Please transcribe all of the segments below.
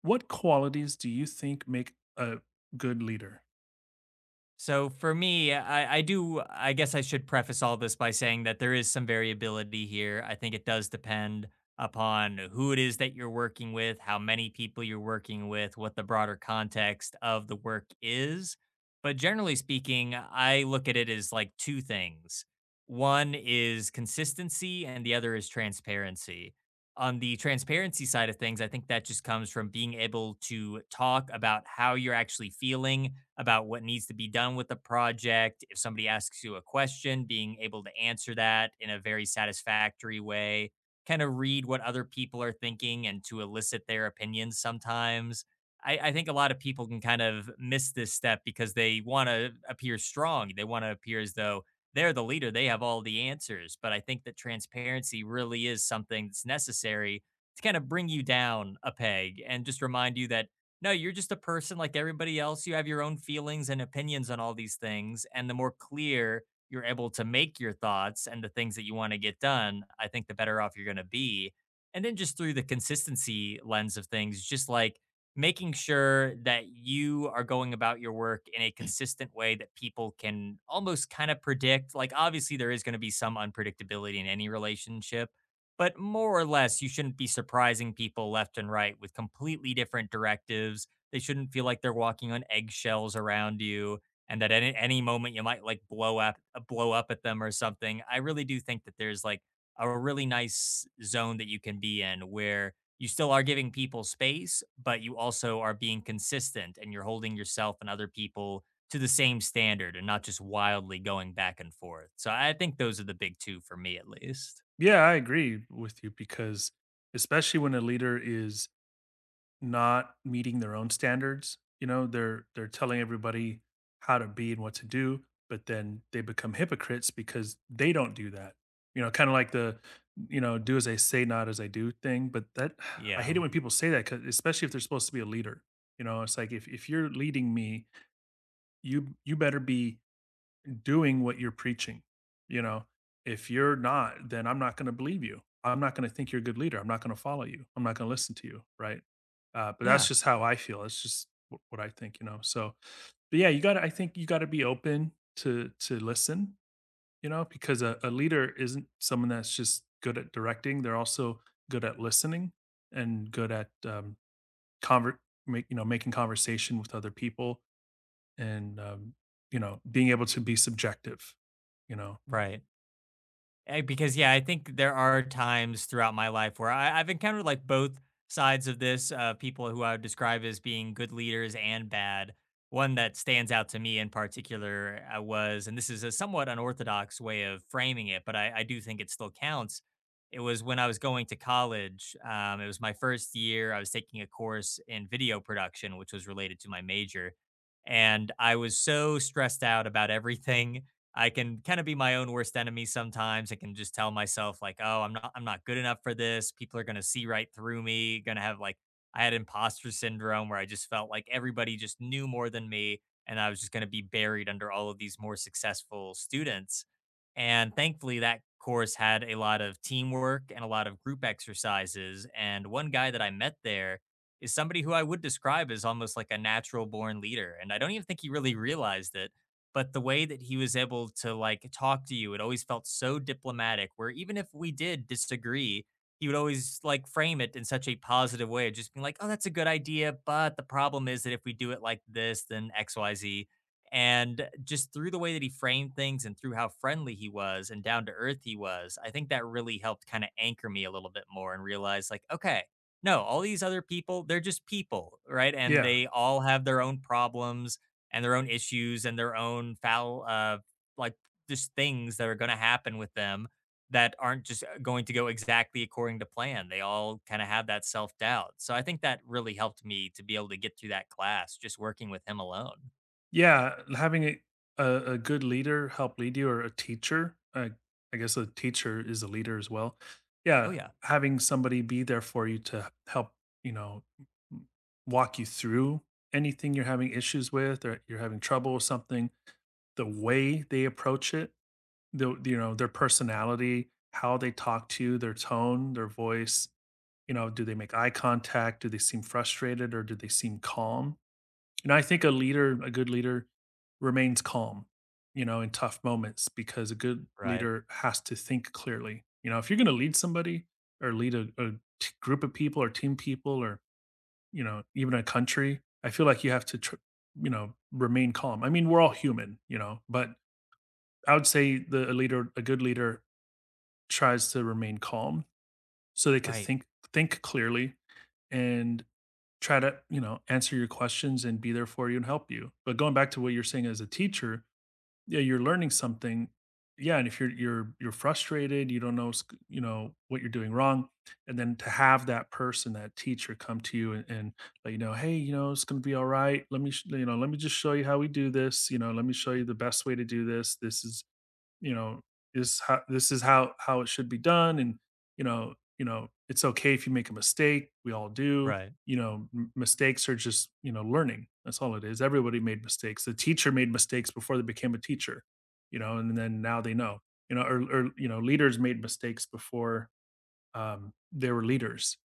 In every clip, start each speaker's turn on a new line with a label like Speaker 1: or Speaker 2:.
Speaker 1: What qualities do you think make a good leader?
Speaker 2: So for me, I do. I guess I should preface all this by saying that there is some variability here. I think it does depend upon who it is that you're working with, how many people you're working with, what the broader context of the work is. But generally speaking, I look at it as like two things: one is consistency, and the other is transparency. On the transparency side of things, I think that just comes from being able to talk about how you're actually feeling about what needs to be done with the project. If somebody asks you a question, being able to answer that in a very satisfactory way, kind of read what other people are thinking and to elicit their opinions sometimes. I think a lot of people can kind of miss this step because they want to appear strong. They want to appear as though they're the leader, they have all the answers. But I think that transparency really is something that's necessary to kind of bring you down a peg and just remind you that no, you're just a person like everybody else. You have your own feelings and opinions on all these things. And the more clear you're able to make your thoughts and the things that you want to get done, I think the better off you're going to be. And then just through the consistency lens of things, just like making sure that you are going about your work in a consistent way that people can almost kind of predict. Like, obviously, there is going to be some unpredictability in any relationship, but more or less, you shouldn't be surprising people left and right with completely different directives. They shouldn't feel like they're walking on eggshells around you, and that at any moment you might like blow up at them or something. I really do think that there's like a really nice zone that you can be in where you still are giving people space, but you also are being consistent and you're holding yourself and other people to the same standard and not just wildly going back and forth. So I think those are the big two for me at least.
Speaker 1: Yeah, I agree with you because especially when a leader is not meeting their own standards, you know, they're telling everybody how to be and what to do, but then they become hypocrites because they don't do that. You know, kind of like the do as I say, not as I do thing, but that I hate
Speaker 2: Yeah.
Speaker 1: it when people say that 'cause- especially if they're supposed to be a leader. You know, it's like if you're leading me, you better be doing what you're preaching. You know, if you're not, then I'm not going to believe you. I'm not going to think you're a good leader. I'm not going to follow you. I'm not going to listen to you. Right. But that's
Speaker 2: Yeah,
Speaker 1: just how I feel. It's just what I think, you know. So, but yeah, you got to, I think you got to be open to listen, you know, because a leader isn't someone that's just good at directing. They're also good at listening and good at, convert, you know, making conversation with other people and, you know, being able to be subjective, you know?
Speaker 2: right. Because yeah, I think there are times throughout my life where I've encountered like both sides of this, people who I would describe as being good leaders and bad. One that stands out to me in particular was, and this is a somewhat unorthodox way of framing it, but I do think it still counts. It was when I was going to college. It was my first year. I was taking a course in video production, which was related to my major. And I was so stressed out about everything. I can kind of be my own worst enemy sometimes. I can just tell myself like, "Oh, I'm not good enough for this. People are going to see right through me." Going to have like I had imposter syndrome where I just felt like everybody just knew more than me, and I was just going to be buried under all of these more successful students. And thankfully that course had a lot of teamwork and a lot of group exercises, and one guy that I met there is somebody who I would describe as almost like a natural born leader, and I don't even think he really realized it. But the way that he was able to like talk to you, it always felt so diplomatic, where even if we did disagree, he would always like frame it in such a positive way of just being like, oh, that's a good idea, but the problem is that if we do it like this, then XYZ. And just through the way that he framed things and through how friendly he was and down to earth he was, I think that really helped kind of anchor me a little bit more and realize like, okay, no, all these other people, they're just people, right? And
Speaker 1: Yeah,
Speaker 2: they all have their own problems and their own issues and their own foul like just things that are going to happen with them that aren't just going to go exactly according to plan. They all kind of have that self-doubt. So I think that really helped me to be able to get through that class just working with him alone.
Speaker 1: yeah, having a good leader help lead you or a teacher, I guess a teacher is a leader as well.
Speaker 2: Oh
Speaker 1: Yeah,
Speaker 2: yeah.
Speaker 1: having somebody be there for you to help, you know, m walk you through anything you're having issues with or you're having trouble with something, the way they approach it, the you know, their personality, how they talk to you, their tone, their voice. You know, do they make eye contact? Do they seem frustrated or do they seem calm? And I think a leader, a good leader, remains calm, you know, in tough moments because a good
Speaker 2: Right.
Speaker 1: leader has to think clearly. You know, if you're going to lead somebody or lead a group of people or team people or, you know, even a country, I feel like you have to, you know, remain calm. I mean, we're all human, you know, but I would say the a leader, a good leader tries to remain calm so they could
Speaker 2: Right.
Speaker 1: think clearly and try to, you know, answer your questions and be there for you and help you. But going back to what you're saying as a teacher, yeah, you're learning something. Yeah, and if you're frustrated, you don't know, you know, what you're doing wrong, and then to have that person, that teacher, come to you and let you know, hey, you know, it's gonna be all right. Let me, you know, let me just show you how we do this. You know, let me show you the best way to do this. This is you know, "This how this is how it should be done," and, you know, "It's okay if you make a mistake, we all do."
Speaker 2: Right.
Speaker 1: You know, m mistakes are just, you know, learning, that's all it is, everybody made mistakes, the teacher made mistakes before they became a teacher, you know, and then now they know, you know, or, you know, leaders made mistakes before they were leaders.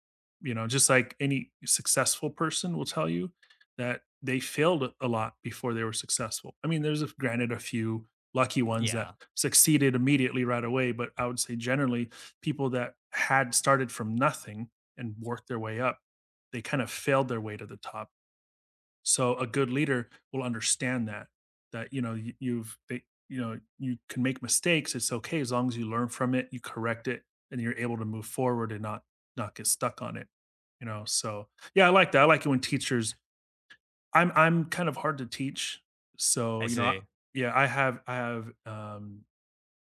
Speaker 1: You know, just like any successful person will tell you that they failed a lot before they were successful. I mean, there's a, granted a few lucky ones that
Speaker 2: Yeah.
Speaker 1: succeeded immediately right away, but I would say generally people that had started from nothing and worked their way up, they kind of failed their way to the top. So a good leader will understand that that you know you, you know you can make mistakes. It's okay as long as you learn from it, you correct it, and you're able to move forward and not get stuck on it. You know. So yeah, I like that. I like it when teachers. I'm kind of hard to teach. So
Speaker 2: I
Speaker 1: you know, I,
Speaker 2: see.
Speaker 1: yeah, I have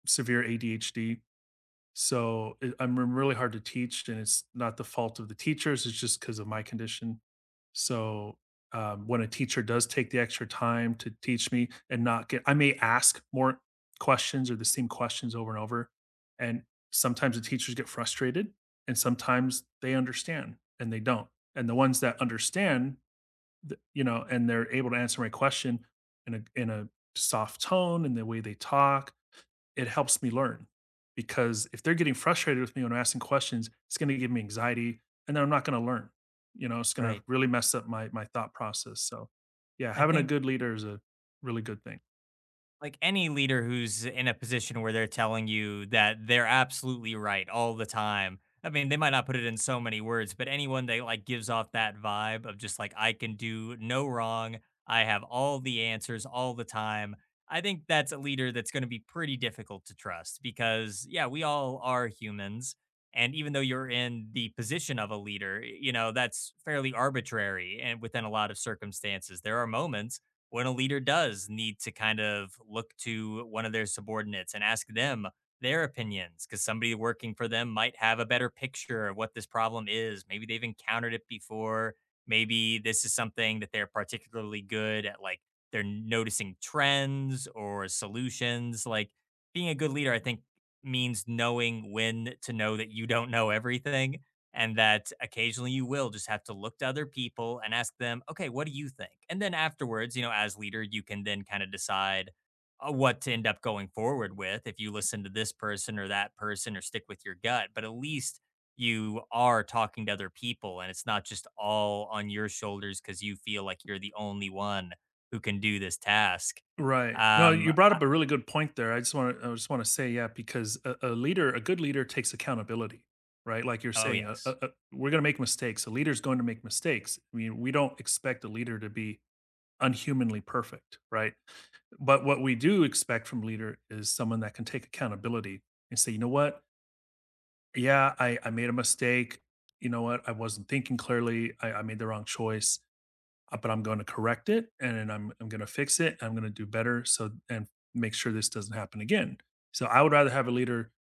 Speaker 1: severe ADHD so it, I'm really hard to teach, and it's not the fault of the teachers. It's just because of my condition. So when a teacher does take the extra time to teach me and not get, I may ask more questions or the same questions over and over. And sometimes the teachers get frustrated, and sometimes they understand and they don't. And the ones that understand, you know, and they're able to answer my question in a soft tone and the way they talk it helps me learn because if they're getting frustrated with me when I'm asking questions, it's going to give me anxiety and then I'm not going to learn. You know, it's going to
Speaker 2: Right.
Speaker 1: really mess up my my thought process. So, yeah,
Speaker 2: I
Speaker 1: having a
Speaker 2: think
Speaker 1: good leader is a really good thing.
Speaker 2: like any leader who's in a position where they're telling you that they're absolutely right all the time. I mean, they might not put it in so many words, but anyone that like gives off that vibe of just like, I can do no wrong, I have all the answers all the time. I think that's a leader that's going to be pretty difficult to trust, because yeah, we all are humans, and even though you're in the position of a leader, you know, that's fairly arbitrary and within a lot of circumstances. There are moments when a leader does need to kind of look to one of their subordinates and ask them their opinions, because somebody working for them might have a better picture of what this problem is. Maybe they've encountered it before. Maybe this is something that they're particularly good at, like they're noticing trends or solutions. Like being a good leader, I think, means knowing when to know that you don't know everything, and that occasionally you will just have to look to other people and ask them, okay, what do you think? And then afterwards, you know, as leader, you can then kind of decide what to end up going forward with, if you listen to this person or that person or stick with your gut. But at least you are talking to other people and it's not just all on your shoulders because you feel like you're the only one who can do this task.
Speaker 1: Right. No,
Speaker 2: Um,
Speaker 1: you brought up a really good point there. I just want to say yeah because a leader, a good leader takes accountability, right? Like you're
Speaker 2: oh,
Speaker 1: saying,
Speaker 2: yes.
Speaker 1: we're going to make mistakes. A leader's going to make mistakes. I mean, we don't expect a leader to be unhumanly perfect, right? But what we do expect from leader is someone that can take accountability and say, you know what? Yeah, I made a mistake. You know what? I wasn't thinking clearly. I made the wrong choice, but I'm going to correct it and then I'm going to fix it. I'm going to do better. So, and make sure this doesn't happen again. So I would rather have a leader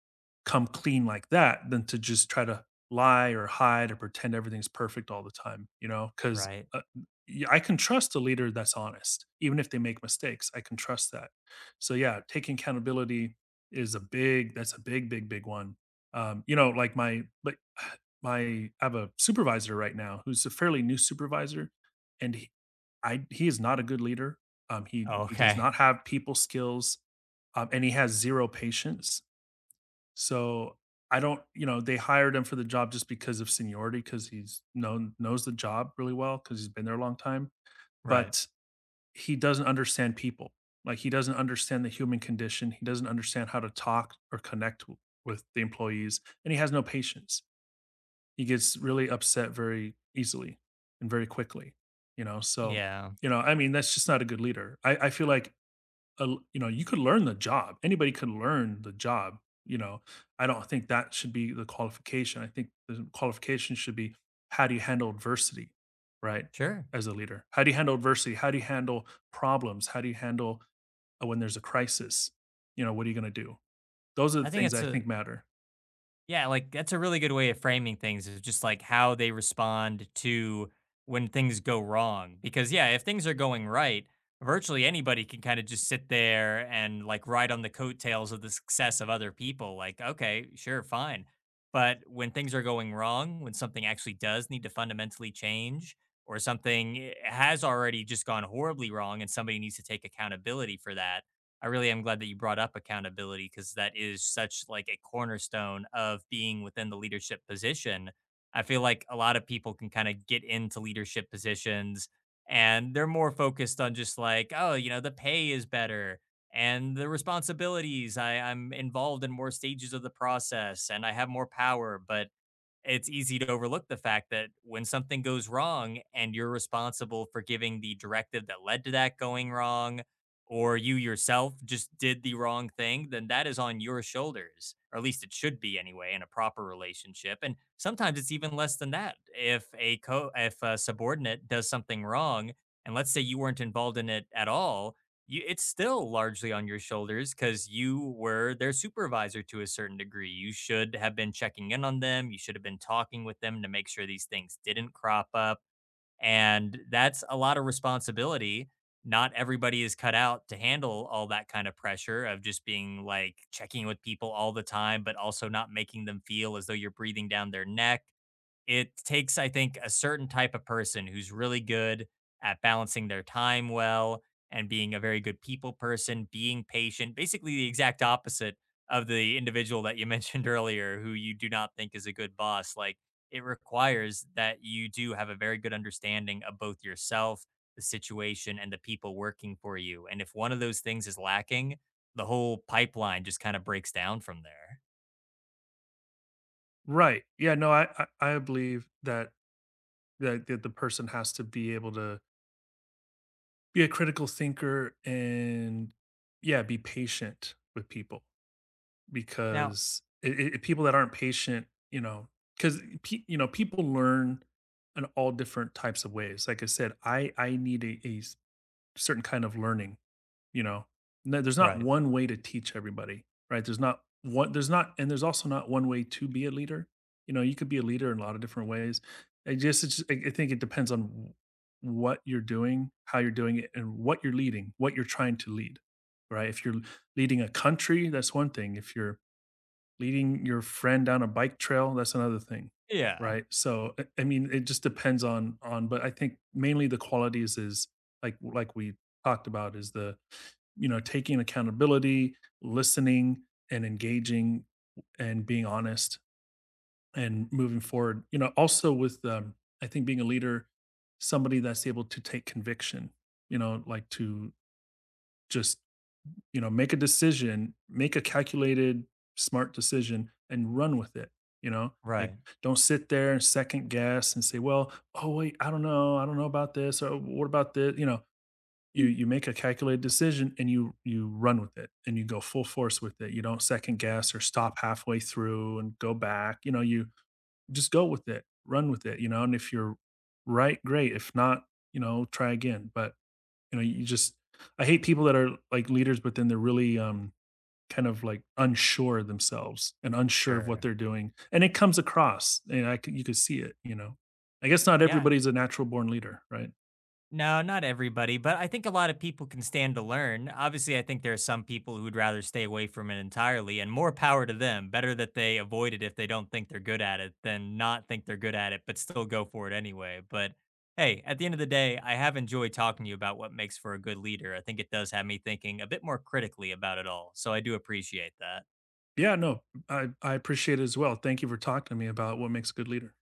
Speaker 1: come clean like that than to just try to lie or hide or pretend everything's perfect all the time, you know? Because
Speaker 2: Right.
Speaker 1: uh, I can trust a leader that's honest, even if they make mistakes. I can trust that. So yeah, taking accountability is a big. That's a big, big, big one. You know, like my I have a supervisor right now who's a fairly new supervisor, and he, I he is not a good leader.
Speaker 2: Oh,
Speaker 1: He does
Speaker 2: okay.
Speaker 1: not have people skills, and he has zero patience. So I don't, you know, they hired him for the job just because of seniority, because he's known knows the job really well, because he's been there a long time.
Speaker 2: Right.
Speaker 1: But he doesn't understand people. Like he doesn't understand the human condition. He doesn't understand how to talk or connect with the employees, and he has no patience. He gets really upset very easily and very quickly. You know, so
Speaker 2: Yeah.
Speaker 1: you know, I mean, that's just not a good leader. I feel like you know, you could learn the job. Anybody could learn the job. You know, I don't think that should be the qualification. I think the qualification should be how do you handle adversity, right?
Speaker 2: Sure.
Speaker 1: As a leader, how do you handle adversity? How do you handle problems? How do you handle when there's a crisis? You know, what are you going to do? Those are
Speaker 2: I
Speaker 1: the
Speaker 2: think
Speaker 1: things
Speaker 2: it's
Speaker 1: I
Speaker 2: a
Speaker 1: think matter.
Speaker 2: Yeah, like that's a really good way of framing things, is just like how they respond to when things go wrong. Because yeah, if things are going right, virtually anybody can kind of just sit there and like ride on the coattails of the success of other people. Like, okay, sure, fine. But when things are going wrong, when something actually does need to fundamentally change, or something has already just gone horribly wrong and somebody needs to take accountability for that, I really am glad that you brought up accountability, because that is such like a cornerstone of being within the leadership position. I feel like a lot of people can kind of get into leadership positions and they're more focused on just like, oh, you know, the pay is better and the responsibilities. I'm involved in more stages of the process and I have more power. But it's easy to overlook the fact that when something goes wrong and you're responsible for giving the directive that led to that going wrong, or you yourself just did the wrong thing, then that is on your shoulders, or at least it should be anyway in a proper relationship. And sometimes it's even less than that. If a subordinate does something wrong, and let's say you weren't involved in it at all, you it's still largely on your shoulders because you were their supervisor to a certain degree. You should have been checking in on them. You should have been talking with them to make sure these things didn't crop up. And that's a lot of responsibility. Not everybody is cut out to handle all that kind of pressure of just being like checking with people all the time, but also not making them feel as though you're breathing down their neck. It takes, I think, a certain type of person who's really good at balancing their time well and being a very good people person, being patient, basically the exact opposite of the individual that you mentioned earlier, who you do not think is a good boss. Like it requires that you do have a very good understanding of both yourself, the situation, and the people working for you. And if one of those things is lacking, the whole pipeline just kind of breaks down from there.
Speaker 1: Right. Yeah. No, I believe that, that the person has to be able to be a critical thinker and yeah, be patient with people
Speaker 2: Now,
Speaker 1: because people that aren't patient, you know, because you know people learn in all different types of ways. Like I said, I need a certain kind of learning. You know, no, there's not
Speaker 2: right.
Speaker 1: one way to teach everybody, right? There's not one. There's not, and there's also not one way to be a leader. You know, you could be a leader in a lot of different ways. I just, it's just I think it depends on what you're doing, how you're doing it, and what you're leading, what you're trying to lead, right? If you're leading a country, that's one thing. If you're leading your friend down a bike trail, that's another thing,
Speaker 2: Yeah,
Speaker 1: right? So, I mean, it just depends on, but I think mainly the qualities is like we talked about is the, you know, taking accountability, listening and engaging and being honest and moving forward. You know, also with I think being a leader, somebody that's able to take conviction, you know, like to just you know, make a decision, make a calculated, smart decision and run with it, you know? Like,
Speaker 2: right.
Speaker 1: don't sit there and second guess and say, "Well, oh, wait, I don't know. I don't know about this. Or what about this?" You know, you make a calculated decision and you run with it and you go full force with it. You don't second guess or stop halfway through and go back. You know, you just go with it, run with it, you know? And if you're right, great. If not, you know, try again. But, you know, you just I hate people that are like leaders, but then they're really kind of like unsure themselves and unsure of what
Speaker 2: Sure.
Speaker 1: they're doing, and it comes across, and you could see it, you know. I guess not
Speaker 2: Yeah.
Speaker 1: everybody's a natural born leader, right?
Speaker 2: No, not everybody, but I think a lot of people can stand to learn. Obviously, I think there are some people who would rather stay away from it entirely, and more power to them. Better that they avoid it if they don't think they're good at it than not think they're good at it, but still go for it anyway. But hey, at the end of the day, I have enjoyed talking to you about what makes for a good leader. I think it does have me thinking a bit more critically about it all. So I do appreciate that.
Speaker 1: Yeah, no, I appreciate it as well. Thank you for talking to me about what makes a good leader.